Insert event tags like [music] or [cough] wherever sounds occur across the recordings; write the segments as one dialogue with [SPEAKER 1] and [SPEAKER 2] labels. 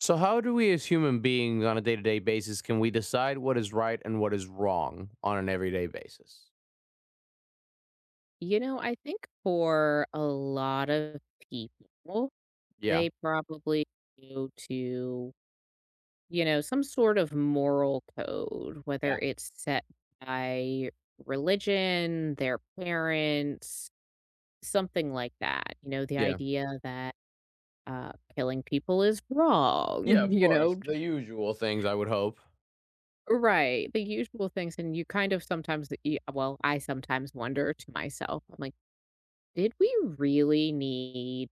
[SPEAKER 1] So, how do we as human beings on a day to day basis can we decide what is right and what is wrong on an everyday basis?
[SPEAKER 2] You know, I think for a lot of people,
[SPEAKER 1] Yeah.
[SPEAKER 2] they probably go to, some sort of moral code, whether
[SPEAKER 1] Yeah.
[SPEAKER 2] it's set by religion, their parents, something like that. You know, the
[SPEAKER 1] Yeah.
[SPEAKER 2] idea that killing people is
[SPEAKER 1] Yeah,
[SPEAKER 2] wrong, [laughs]
[SPEAKER 1] of course. The usual things, I would hope.
[SPEAKER 2] right? The usual things. And you kind of sometimes, I sometimes wonder to myself, I'm like, did we really need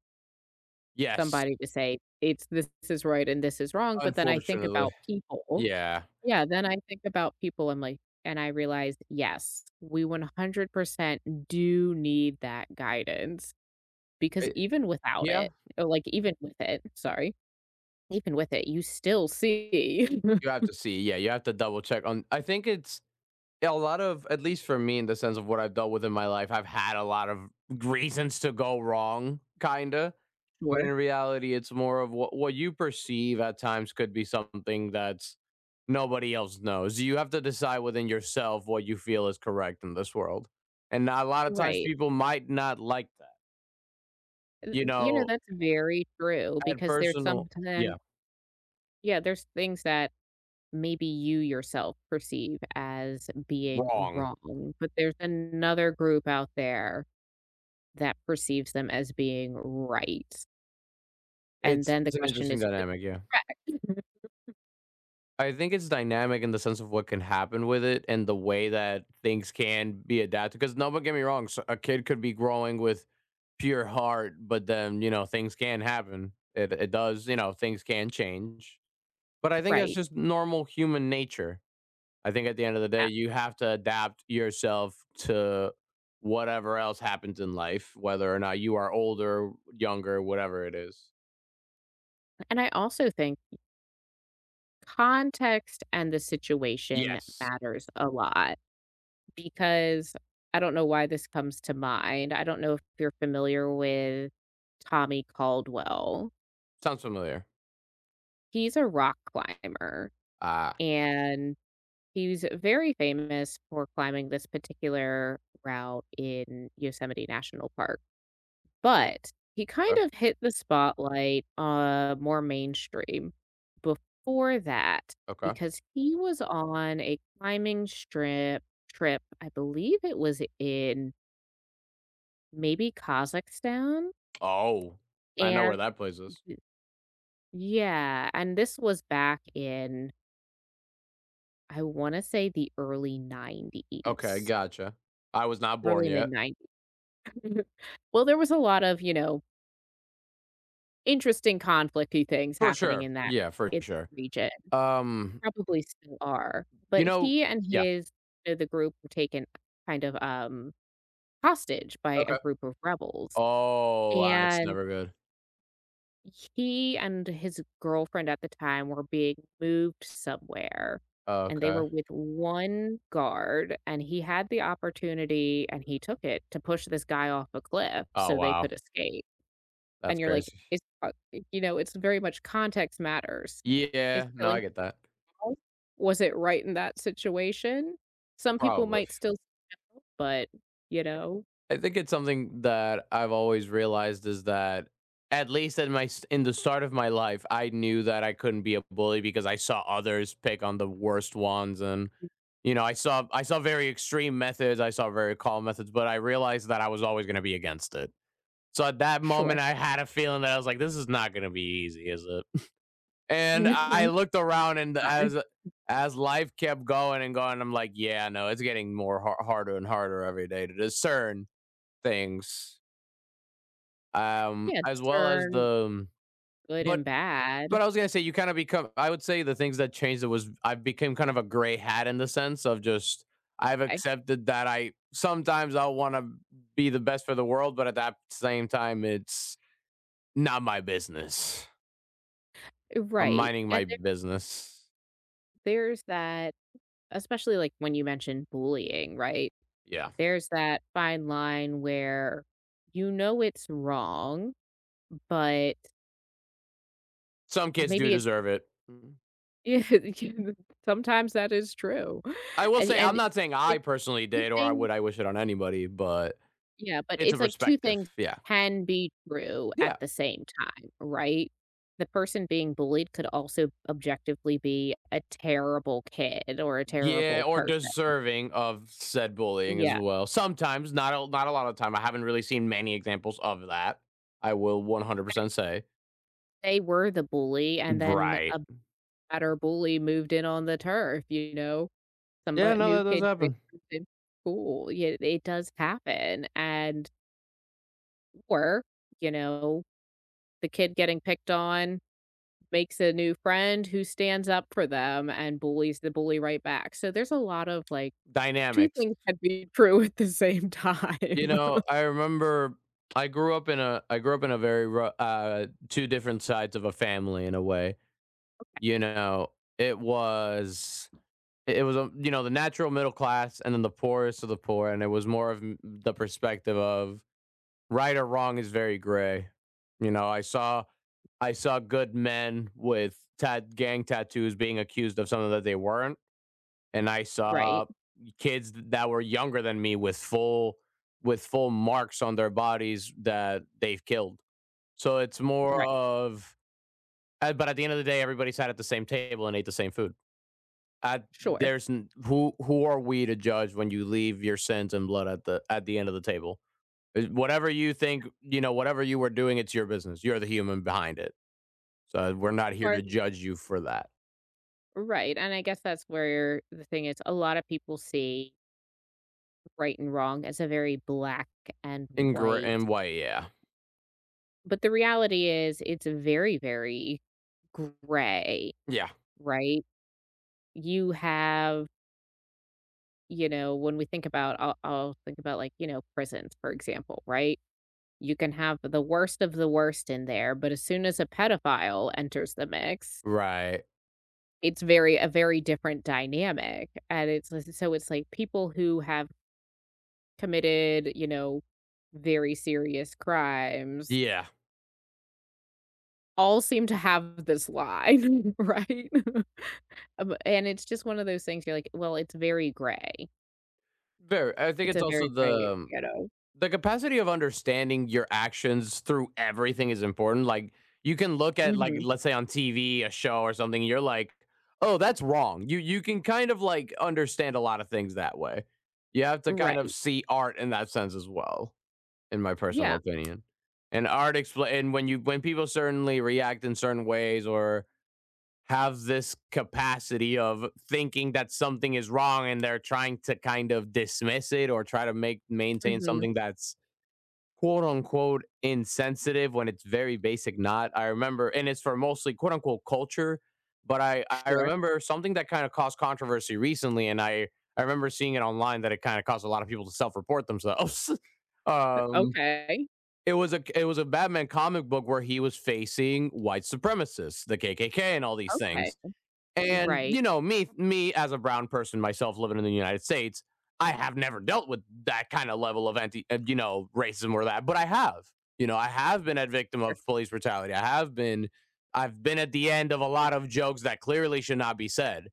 [SPEAKER 1] Yes.
[SPEAKER 2] somebody to say, "It's this is right and this is wrong," but then I think
[SPEAKER 1] Unfortunately.
[SPEAKER 2] about people.
[SPEAKER 1] Yeah.
[SPEAKER 2] Yeah, then I think about people, I'm like and I realized, yes, we 100% do need that guidance because
[SPEAKER 1] I-
[SPEAKER 2] even without
[SPEAKER 1] yeah.
[SPEAKER 2] it or, like, even with it, sorry, even with it, you still see.
[SPEAKER 1] You have
[SPEAKER 2] [laughs]
[SPEAKER 1] to see. Yeah. You have to double check on. I think it's yeah, a lot of at least for me in the sense of what I've dealt with in my life, I've had a lot of reasons to go wrong, kinda. But in
[SPEAKER 2] Sure.
[SPEAKER 1] reality, it's more of what you perceive at times could be something that's nobody else knows. You have to decide within yourself what you feel is correct in this world. And a lot of times
[SPEAKER 2] Right.
[SPEAKER 1] people might not like that.
[SPEAKER 2] Y
[SPEAKER 1] You
[SPEAKER 2] you know,
[SPEAKER 1] know,
[SPEAKER 2] that's very true
[SPEAKER 1] at
[SPEAKER 2] because there's
[SPEAKER 1] personal, yeah,
[SPEAKER 2] sometimes. Yeah, there's things that maybe you yourself perceive as being
[SPEAKER 1] wrong.
[SPEAKER 2] wrong, but there's another group out there that perceives them as being right. And
[SPEAKER 1] It's
[SPEAKER 2] then the
[SPEAKER 1] it's an
[SPEAKER 2] question
[SPEAKER 1] interesting
[SPEAKER 2] is, who's
[SPEAKER 1] dynamic, yeah.
[SPEAKER 2] right?
[SPEAKER 1] I think it's dynamic in the sense of what can happen with it and the way that things can be adapted. Because no, but get me wrong, so a kid could be growing with pure heart, but then you know things can happen. It does, you know, things can change. But I think that's
[SPEAKER 2] Right.
[SPEAKER 1] just normal human nature. I think at the end of the day,
[SPEAKER 2] Yeah.
[SPEAKER 1] you have to adapt yourself to whatever else happens in life, whether or not you are older, younger, whatever it is.
[SPEAKER 2] And I also think context and the situation
[SPEAKER 1] Yes.
[SPEAKER 2] matters a lot because I don't know why this comes to mind. I don't know if you're familiar with Tommy Caldwell.
[SPEAKER 1] Sounds familiar.
[SPEAKER 2] He's a rock climber,
[SPEAKER 1] Ah,
[SPEAKER 2] and he's very famous for climbing this particular route in Yosemite National Park, but he kind
[SPEAKER 1] okay.
[SPEAKER 2] of hit the spotlight, more mainstream before that
[SPEAKER 1] Okay.
[SPEAKER 2] because he was on a climbing strip trip, I believe it was in maybe Kazakhstan,
[SPEAKER 1] Oh, I know where
[SPEAKER 2] and
[SPEAKER 1] that place is.
[SPEAKER 2] yeah, and this was back in, I wanna say the early
[SPEAKER 1] Okay,
[SPEAKER 2] 90s,
[SPEAKER 1] gotcha. I was not born
[SPEAKER 2] early
[SPEAKER 1] yet.
[SPEAKER 2] mid-90s. [laughs] Mhm. Well, there was a lot of, you know, interesting conflicty things
[SPEAKER 1] For
[SPEAKER 2] happening
[SPEAKER 1] sure.
[SPEAKER 2] in
[SPEAKER 1] Yeah, for
[SPEAKER 2] that
[SPEAKER 1] sure.
[SPEAKER 2] region,
[SPEAKER 1] Um,
[SPEAKER 2] probably still are.
[SPEAKER 1] you
[SPEAKER 2] But
[SPEAKER 1] know,
[SPEAKER 2] he and
[SPEAKER 1] yeah,
[SPEAKER 2] his the group were taken kind of, hostage by a
[SPEAKER 1] okay.
[SPEAKER 2] group of rebels,
[SPEAKER 1] Oh, wow, that's
[SPEAKER 2] and
[SPEAKER 1] never good.
[SPEAKER 2] he and his girlfriend at the time were being moved somewhere, and they
[SPEAKER 1] Okay.
[SPEAKER 2] were with 1 guard, and he had the opportunity, and he took it, to push this guy off a cliff
[SPEAKER 1] Oh,
[SPEAKER 2] so they
[SPEAKER 1] wow.
[SPEAKER 2] could escape.
[SPEAKER 1] That's
[SPEAKER 2] And you're like,
[SPEAKER 1] crazy.
[SPEAKER 2] is you know, it's very much context matters. Is
[SPEAKER 1] Yeah, no, I
[SPEAKER 2] killing
[SPEAKER 1] get that.
[SPEAKER 2] people, was it right in that situation? Some people
[SPEAKER 1] Probably.
[SPEAKER 2] might still, but, you know,
[SPEAKER 1] I think it's something that I've always realized is that at least in in the start of my life, I knew that I couldn't be a bully because I saw others pick on the worst ones and you know, I saw very extreme methods, I saw very calm methods, but I realized that I was always going to be against it. So at that moment
[SPEAKER 2] sure. [laughs]
[SPEAKER 1] I had a feeling that I was like this is not going to be easy, is it? [laughs] And I
[SPEAKER 2] Mhm.
[SPEAKER 1] looked around and
[SPEAKER 2] Uh,
[SPEAKER 1] as life kept going and going, I'm like, yeah, no, it's getting more harder and harder every day to discern things,
[SPEAKER 2] yeah,
[SPEAKER 1] as well as
[SPEAKER 2] discern
[SPEAKER 1] the
[SPEAKER 2] good
[SPEAKER 1] but
[SPEAKER 2] and bad.
[SPEAKER 1] but I was gonna say you kinda become I would say the things that changed it was I became kind of a gray hat in the sense of just I've
[SPEAKER 2] I
[SPEAKER 1] accepted that I sometimes I'll wanna be the best for the world, but at that same time, it's not my business. I'm
[SPEAKER 2] right,
[SPEAKER 1] minding my
[SPEAKER 2] and there
[SPEAKER 1] business.
[SPEAKER 2] there's that, especially, like, when you mentioned bullying, right?
[SPEAKER 1] Yeah.
[SPEAKER 2] There's that fine line where you know it's wrong, but
[SPEAKER 1] Some kids do
[SPEAKER 2] maybe it's,
[SPEAKER 1] deserve it. Mhm.
[SPEAKER 2] yeah, [laughs] yeah, sometimes that is true,
[SPEAKER 1] I will
[SPEAKER 2] and
[SPEAKER 1] say I'm
[SPEAKER 2] and
[SPEAKER 1] not saying
[SPEAKER 2] the
[SPEAKER 1] I personally
[SPEAKER 2] 2
[SPEAKER 1] did or I
[SPEAKER 2] things
[SPEAKER 1] would I wish it on anybody, but
[SPEAKER 2] yeah, but
[SPEAKER 1] it's a
[SPEAKER 2] it's like 2
[SPEAKER 1] perspective.
[SPEAKER 2] things
[SPEAKER 1] Yeah.
[SPEAKER 2] can be true at
[SPEAKER 1] Yeah.
[SPEAKER 2] the same time, right? The person being bullied could also objectively be a terrible kid or a
[SPEAKER 1] Yeah,
[SPEAKER 2] terrible
[SPEAKER 1] or
[SPEAKER 2] person.
[SPEAKER 1] deserving of said bullying as
[SPEAKER 2] Yeah,
[SPEAKER 1] well. Sometimes, not a not a lot of the time. I haven't really seen many examples of that. I will 100% say.
[SPEAKER 2] they were the bully, and then
[SPEAKER 1] Right.
[SPEAKER 2] a better bully moved in on the turf, you know? Some
[SPEAKER 1] Yeah,
[SPEAKER 2] bu
[SPEAKER 1] no,
[SPEAKER 2] New
[SPEAKER 1] that does
[SPEAKER 2] kid
[SPEAKER 1] happen.
[SPEAKER 2] transferred in school, yeah, it does happen, and or, you know, the kid getting picked on makes a new friend who stands up for them and bullies the bully right back. So there's a lot of like 2
[SPEAKER 1] Dynamics.
[SPEAKER 2] things can be [laughs] true at the same
[SPEAKER 1] You
[SPEAKER 2] time.
[SPEAKER 1] know,
[SPEAKER 2] [laughs]
[SPEAKER 1] I remember I grew up in a I grew up in a very rou 2 different sides of a family in a way. You know, it was it was, a you know, the natural middle class and then the poorest of the poor, and it was more of m the perspective of right or wrong is very gray. You know, I saw good men with gang tattoos being accused of something that they weren't, and I
[SPEAKER 2] Right,
[SPEAKER 1] saw kids that were younger than me with full marks on their bodies that they've killed. So it's more
[SPEAKER 2] right,
[SPEAKER 1] of, but at the end of the day, everybody sat at the same table and ate the same food.
[SPEAKER 2] sure.
[SPEAKER 1] Who are we to judge when you leave your sins and blood at the end of the table? Whatever you think, you know, whatever you were doing, it's your business. You're the human behind it. So we're not here
[SPEAKER 2] Or
[SPEAKER 1] to judge you for that.
[SPEAKER 2] right, and I guess that's where the thing is a lot of people see right and wrong as a very black and
[SPEAKER 1] In
[SPEAKER 2] white,
[SPEAKER 1] in white, yeah,
[SPEAKER 2] but the reality is it's very, very gray,
[SPEAKER 1] yeah,
[SPEAKER 2] right? You have You know, when we think about I'll think about, like, you know, prisons, for example, right? You can have the worst of the worst in there, but as soon as a pedophile enters the mix,
[SPEAKER 1] right,
[SPEAKER 2] it's very a very different dynamic, and it's so it's like people who have committed, you know, very serious crimes
[SPEAKER 1] yeah.
[SPEAKER 2] all seem to have this line, [laughs] right? [laughs] And it's just one of those things you're like, "Well, it's very gray."
[SPEAKER 1] Very. I think
[SPEAKER 2] It's
[SPEAKER 1] it's
[SPEAKER 2] a
[SPEAKER 1] also
[SPEAKER 2] very gray, you know?
[SPEAKER 1] the capacity of understanding your actions through everything is important. Like you can look at like
[SPEAKER 2] Mhm.
[SPEAKER 1] let's say on TV a show or something, you're like, oh, that's wrong. You can kind of like understand a lot of things that way. You have to kind of
[SPEAKER 2] Right.
[SPEAKER 1] see art in that sense as well. In my personal
[SPEAKER 2] Yeah.
[SPEAKER 1] opinion. And art expla and when you when people certainly react in certain ways or have this capacity of thinking that something is wrong and they're trying to kind of dismiss it or try to make maintain
[SPEAKER 2] Mhm.
[SPEAKER 1] something that's quote unquote insensitive when it's very basic not. I remember and it's for mostly quote unquote culture, but I
[SPEAKER 2] Sure.
[SPEAKER 1] remember something that kind of caused controversy recently and I remember seeing it online that it kind of caused a lot of people to self-report themselves. [laughs] Um
[SPEAKER 2] Okay,
[SPEAKER 1] it was a Batman comic book where he was facing white supremacists, the KKK, and all these
[SPEAKER 2] okay.
[SPEAKER 1] things. And
[SPEAKER 2] Right.
[SPEAKER 1] you know, me as a brown person myself living in the United States, I have never dealt with that kind of level of anti you know racism or that, but I have. You know, I have been a victim of police brutality. I have been I've been at the end of a lot of jokes that clearly should not be said.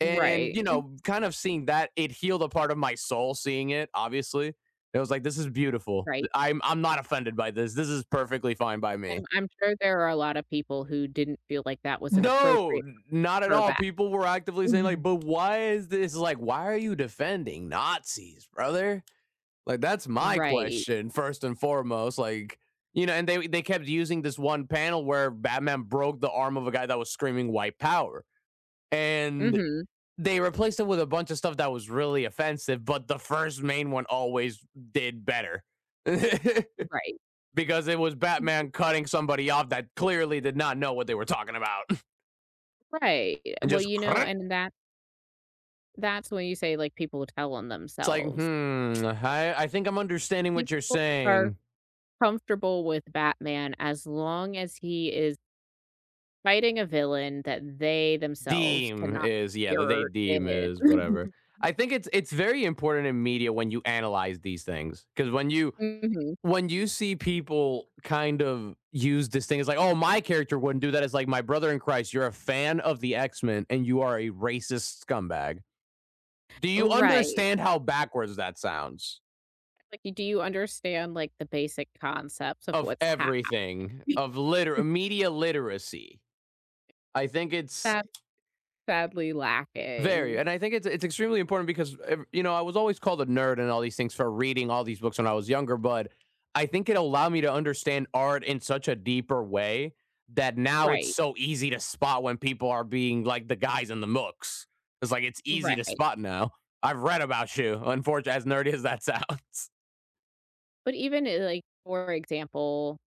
[SPEAKER 1] And,
[SPEAKER 2] Right,
[SPEAKER 1] you know, kind of seeing that, it healed a part of my soul seeing it, obviously. It was like, this is beautiful.
[SPEAKER 2] right,
[SPEAKER 1] I'm not offended by this. This is perfectly fine by me.
[SPEAKER 2] and I'm sure there are a lot of people who didn't feel like that was an
[SPEAKER 1] No,
[SPEAKER 2] appropriate
[SPEAKER 1] not at
[SPEAKER 2] her
[SPEAKER 1] all.
[SPEAKER 2] back.
[SPEAKER 1] People were actively saying, like,
[SPEAKER 2] Mhm.
[SPEAKER 1] but why is this like, why are you defending Nazis, brother? Like, that's my
[SPEAKER 2] Right.
[SPEAKER 1] question, first and foremost. Like, you know, and they kept using this one panel where Batman broke the arm of a guy that was screaming white power. And
[SPEAKER 2] Mhm.
[SPEAKER 1] they replaced it with a bunch of stuff that was really offensive, but the first main one always did better.
[SPEAKER 2] Right.
[SPEAKER 1] [laughs] because it was Batman cutting somebody off that clearly did not know what they were talking about. [laughs]
[SPEAKER 2] Right.
[SPEAKER 1] And
[SPEAKER 2] Well,
[SPEAKER 1] just
[SPEAKER 2] you know,
[SPEAKER 1] it's
[SPEAKER 2] and that's when you say, like, people tell on
[SPEAKER 1] like,
[SPEAKER 2] themselves.
[SPEAKER 1] hmm, I think I'm understanding what you're
[SPEAKER 2] People are
[SPEAKER 1] saying.
[SPEAKER 2] comfortable with Batman as long as he is fighting a villain that they themselves
[SPEAKER 1] Deem
[SPEAKER 2] cannot
[SPEAKER 1] is
[SPEAKER 2] be
[SPEAKER 1] yeah, the they
[SPEAKER 2] mirrored
[SPEAKER 1] deem
[SPEAKER 2] in.
[SPEAKER 1] is whatever.
[SPEAKER 2] [laughs]
[SPEAKER 1] I think it's very important in media when you analyze these things. Because
[SPEAKER 2] Mhm.
[SPEAKER 1] when you see people kind of use this thing as like, oh, my character wouldn't do that. It's like my brother in Christ, you're a fan of the X Men and you are a racist scumbag. Do you
[SPEAKER 2] Right.
[SPEAKER 1] understand how backwards that sounds?
[SPEAKER 2] Like, do you understand, like, the basic concepts of
[SPEAKER 1] Of
[SPEAKER 2] what's happening?
[SPEAKER 1] everything,
[SPEAKER 2] [laughs]
[SPEAKER 1] of liter media literacy. I think it's
[SPEAKER 2] That's sadly
[SPEAKER 1] very,
[SPEAKER 2] lacking.
[SPEAKER 1] and I think it's extremely important because you know I was always called a nerd and all these things for reading all these books when I was younger, but I think it allowed me to understand art in such a deeper way that now it's
[SPEAKER 2] Right,
[SPEAKER 1] so easy to spot when people are being like the guys in the mooks. It's like it's easy to
[SPEAKER 2] right.
[SPEAKER 1] spot now. I've read about you, unfortunately, as nerdy as that [laughs] sounds.
[SPEAKER 2] But even, like, for example,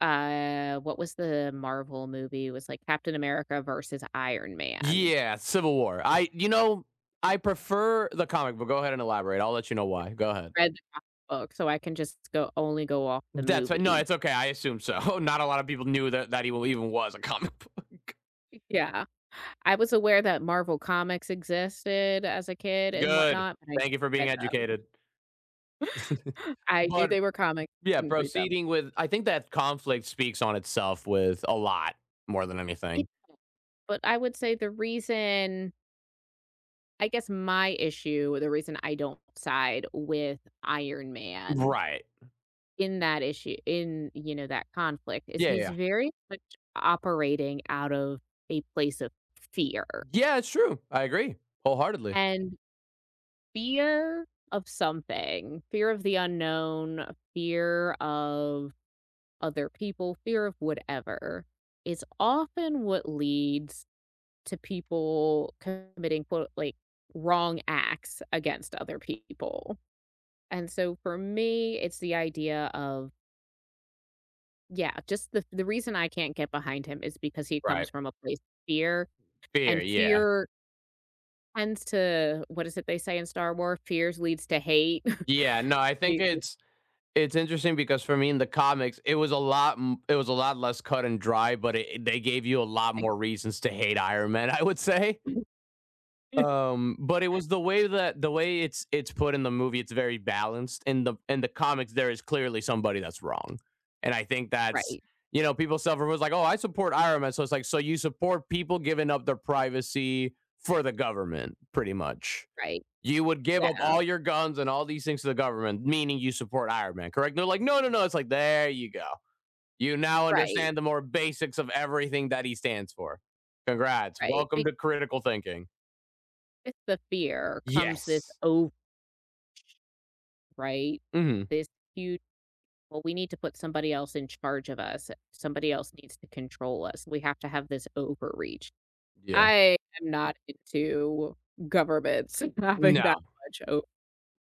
[SPEAKER 2] what was the Marvel movie? It was, like, Captain America versus Iron Man.
[SPEAKER 1] Yeah, Civil War. I you know I prefer the comic, but go ahead and elaborate. I'll let you know why. Go ahead.
[SPEAKER 2] Read the comic book, so I can just go only go off the
[SPEAKER 1] No,
[SPEAKER 2] movie.
[SPEAKER 1] it's okay. I assume so. [laughs] Not a lot of people knew that he even was a comic book.
[SPEAKER 2] Yeah. I was aware that Marvel Comics existed as a kid
[SPEAKER 1] [laughs]
[SPEAKER 2] and
[SPEAKER 1] Good.
[SPEAKER 2] whatnot, but I
[SPEAKER 1] Thank you for being
[SPEAKER 2] never read
[SPEAKER 1] educated. [laughs]
[SPEAKER 2] them. [gasps] [laughs] I knew
[SPEAKER 1] But
[SPEAKER 2] they were comics,
[SPEAKER 1] yeah,
[SPEAKER 2] didn't read them.
[SPEAKER 1] proceeding with I think that conflict speaks on itself with a lot more than
[SPEAKER 2] It
[SPEAKER 1] anything.
[SPEAKER 2] But I would say the reason, I guess my issue, the reason I don't side with Iron Man
[SPEAKER 1] Right.
[SPEAKER 2] in that issue in, you know, that conflict is
[SPEAKER 1] Yeah,
[SPEAKER 2] he's
[SPEAKER 1] yeah.
[SPEAKER 2] very much operating out of a place of fear.
[SPEAKER 1] Yeah, it's true. I agree wholeheartedly.
[SPEAKER 2] And fear of something, fear of the unknown, fear of other people, fear of whatever is often what leads to people committing quote like wrong acts against other people. And so for me, it's the idea of yeah, just the reason I can't get behind him is because he
[SPEAKER 1] Right.
[SPEAKER 2] comes from a place of fear,
[SPEAKER 1] Fear,
[SPEAKER 2] and
[SPEAKER 1] yeah.
[SPEAKER 2] fear tends to, what is it they say in Star Wars? Fears leads to hate. [laughs]
[SPEAKER 1] Yeah, no, I think
[SPEAKER 2] Hate.
[SPEAKER 1] it's interesting because for me in the comics, it was a lot it was a lot less cut and dry, but it, they gave you a lot more reasons to hate Iron Man, [laughs] I would say.
[SPEAKER 2] [laughs]
[SPEAKER 1] But it was the way that the way it's put in the movie, it's very balanced. In the comics, there is clearly somebody that's wrong. And I think that's
[SPEAKER 2] Right,
[SPEAKER 1] you know, people suffer was like, oh, I support Iron Man. So it's like, so you support people giving up their privacy for the government, pretty much.
[SPEAKER 2] right.
[SPEAKER 1] You would give up
[SPEAKER 2] Yeah,
[SPEAKER 1] all your guns and all these things to the government, meaning you support Iron Man, correct? And they're like, no, no, no. It's like, there you go. You now
[SPEAKER 2] right,
[SPEAKER 1] understand the more basics of everything that he stands for. Congrats.
[SPEAKER 2] right.
[SPEAKER 1] Welcome
[SPEAKER 2] Because
[SPEAKER 1] to critical thinking.
[SPEAKER 2] the fear comes this
[SPEAKER 1] Yes.
[SPEAKER 2] over, right?
[SPEAKER 1] Mhm.
[SPEAKER 2] This huge, well, we need to put somebody else in charge of us. Somebody else needs to control us. We have to have this overreach.
[SPEAKER 1] Yeah.
[SPEAKER 2] I am not into governments [laughs] having that
[SPEAKER 1] No.
[SPEAKER 2] much o.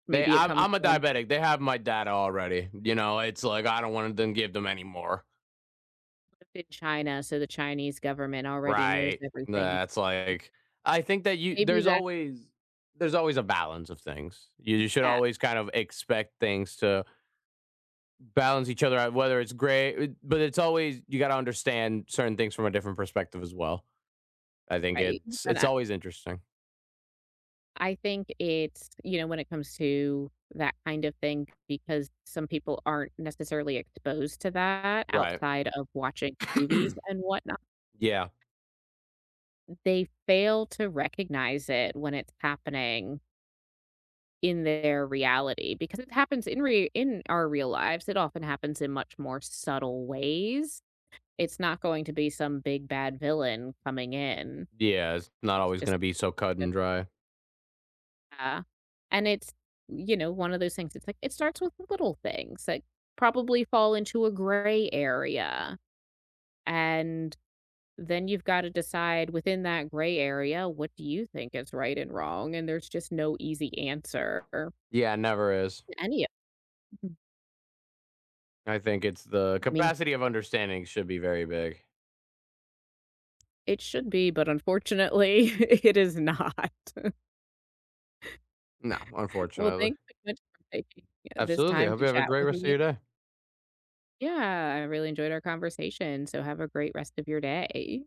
[SPEAKER 1] They
[SPEAKER 2] Maybe it comes
[SPEAKER 1] I'm a
[SPEAKER 2] from
[SPEAKER 1] diabetic. They have my data already. You know, it's like I don't wanna then give them any more.
[SPEAKER 2] in China, so the Chinese government already knows
[SPEAKER 1] Right.
[SPEAKER 2] everything.
[SPEAKER 1] That's like I think that you
[SPEAKER 2] Maybe that's
[SPEAKER 1] there's always a balance of things. You should
[SPEAKER 2] that,
[SPEAKER 1] always kind of expect things to balance each other out, whether it's great but it's always you gotta understand certain things from a different perspective as well. I think
[SPEAKER 2] right? And
[SPEAKER 1] it's
[SPEAKER 2] I
[SPEAKER 1] always interesting.
[SPEAKER 2] I think it's, you know, when it comes to that kind of thing, because some people aren't necessarily exposed to that
[SPEAKER 1] Right.
[SPEAKER 2] outside of watching movies
[SPEAKER 1] [clears throat]
[SPEAKER 2] and whatnot.
[SPEAKER 1] Yeah.
[SPEAKER 2] They fail to recognize it when it's happening in their reality because it happens in our real lives. It often happens in much more subtle ways. It's not going to be some big bad villain coming in.
[SPEAKER 1] Yeah, it's not
[SPEAKER 2] It's
[SPEAKER 1] always
[SPEAKER 2] just
[SPEAKER 1] gonna be so cut and dry.
[SPEAKER 2] yeah. And it's, you know, one of those things it's like it starts with little things that probably fall into a gray area, and then you've got to decide within that gray area, what do you think is right and wrong? And there's just no easy answer to
[SPEAKER 1] Yeah, it never is.
[SPEAKER 2] any of them.
[SPEAKER 1] I think it's the
[SPEAKER 2] I mean,
[SPEAKER 1] capacity of understanding should be very big.
[SPEAKER 2] it should be, but unfortunately, [laughs] it is not. [laughs]
[SPEAKER 1] No,
[SPEAKER 2] Well,
[SPEAKER 1] unfortunately.
[SPEAKER 2] thanks so much for taking yeah, this
[SPEAKER 1] Absolutely. I
[SPEAKER 2] time
[SPEAKER 1] hope you
[SPEAKER 2] to
[SPEAKER 1] have a
[SPEAKER 2] chat
[SPEAKER 1] great
[SPEAKER 2] with
[SPEAKER 1] rest of
[SPEAKER 2] me.
[SPEAKER 1] your day.
[SPEAKER 2] Yeah, I really enjoyed our conversation. So have a great rest of your day.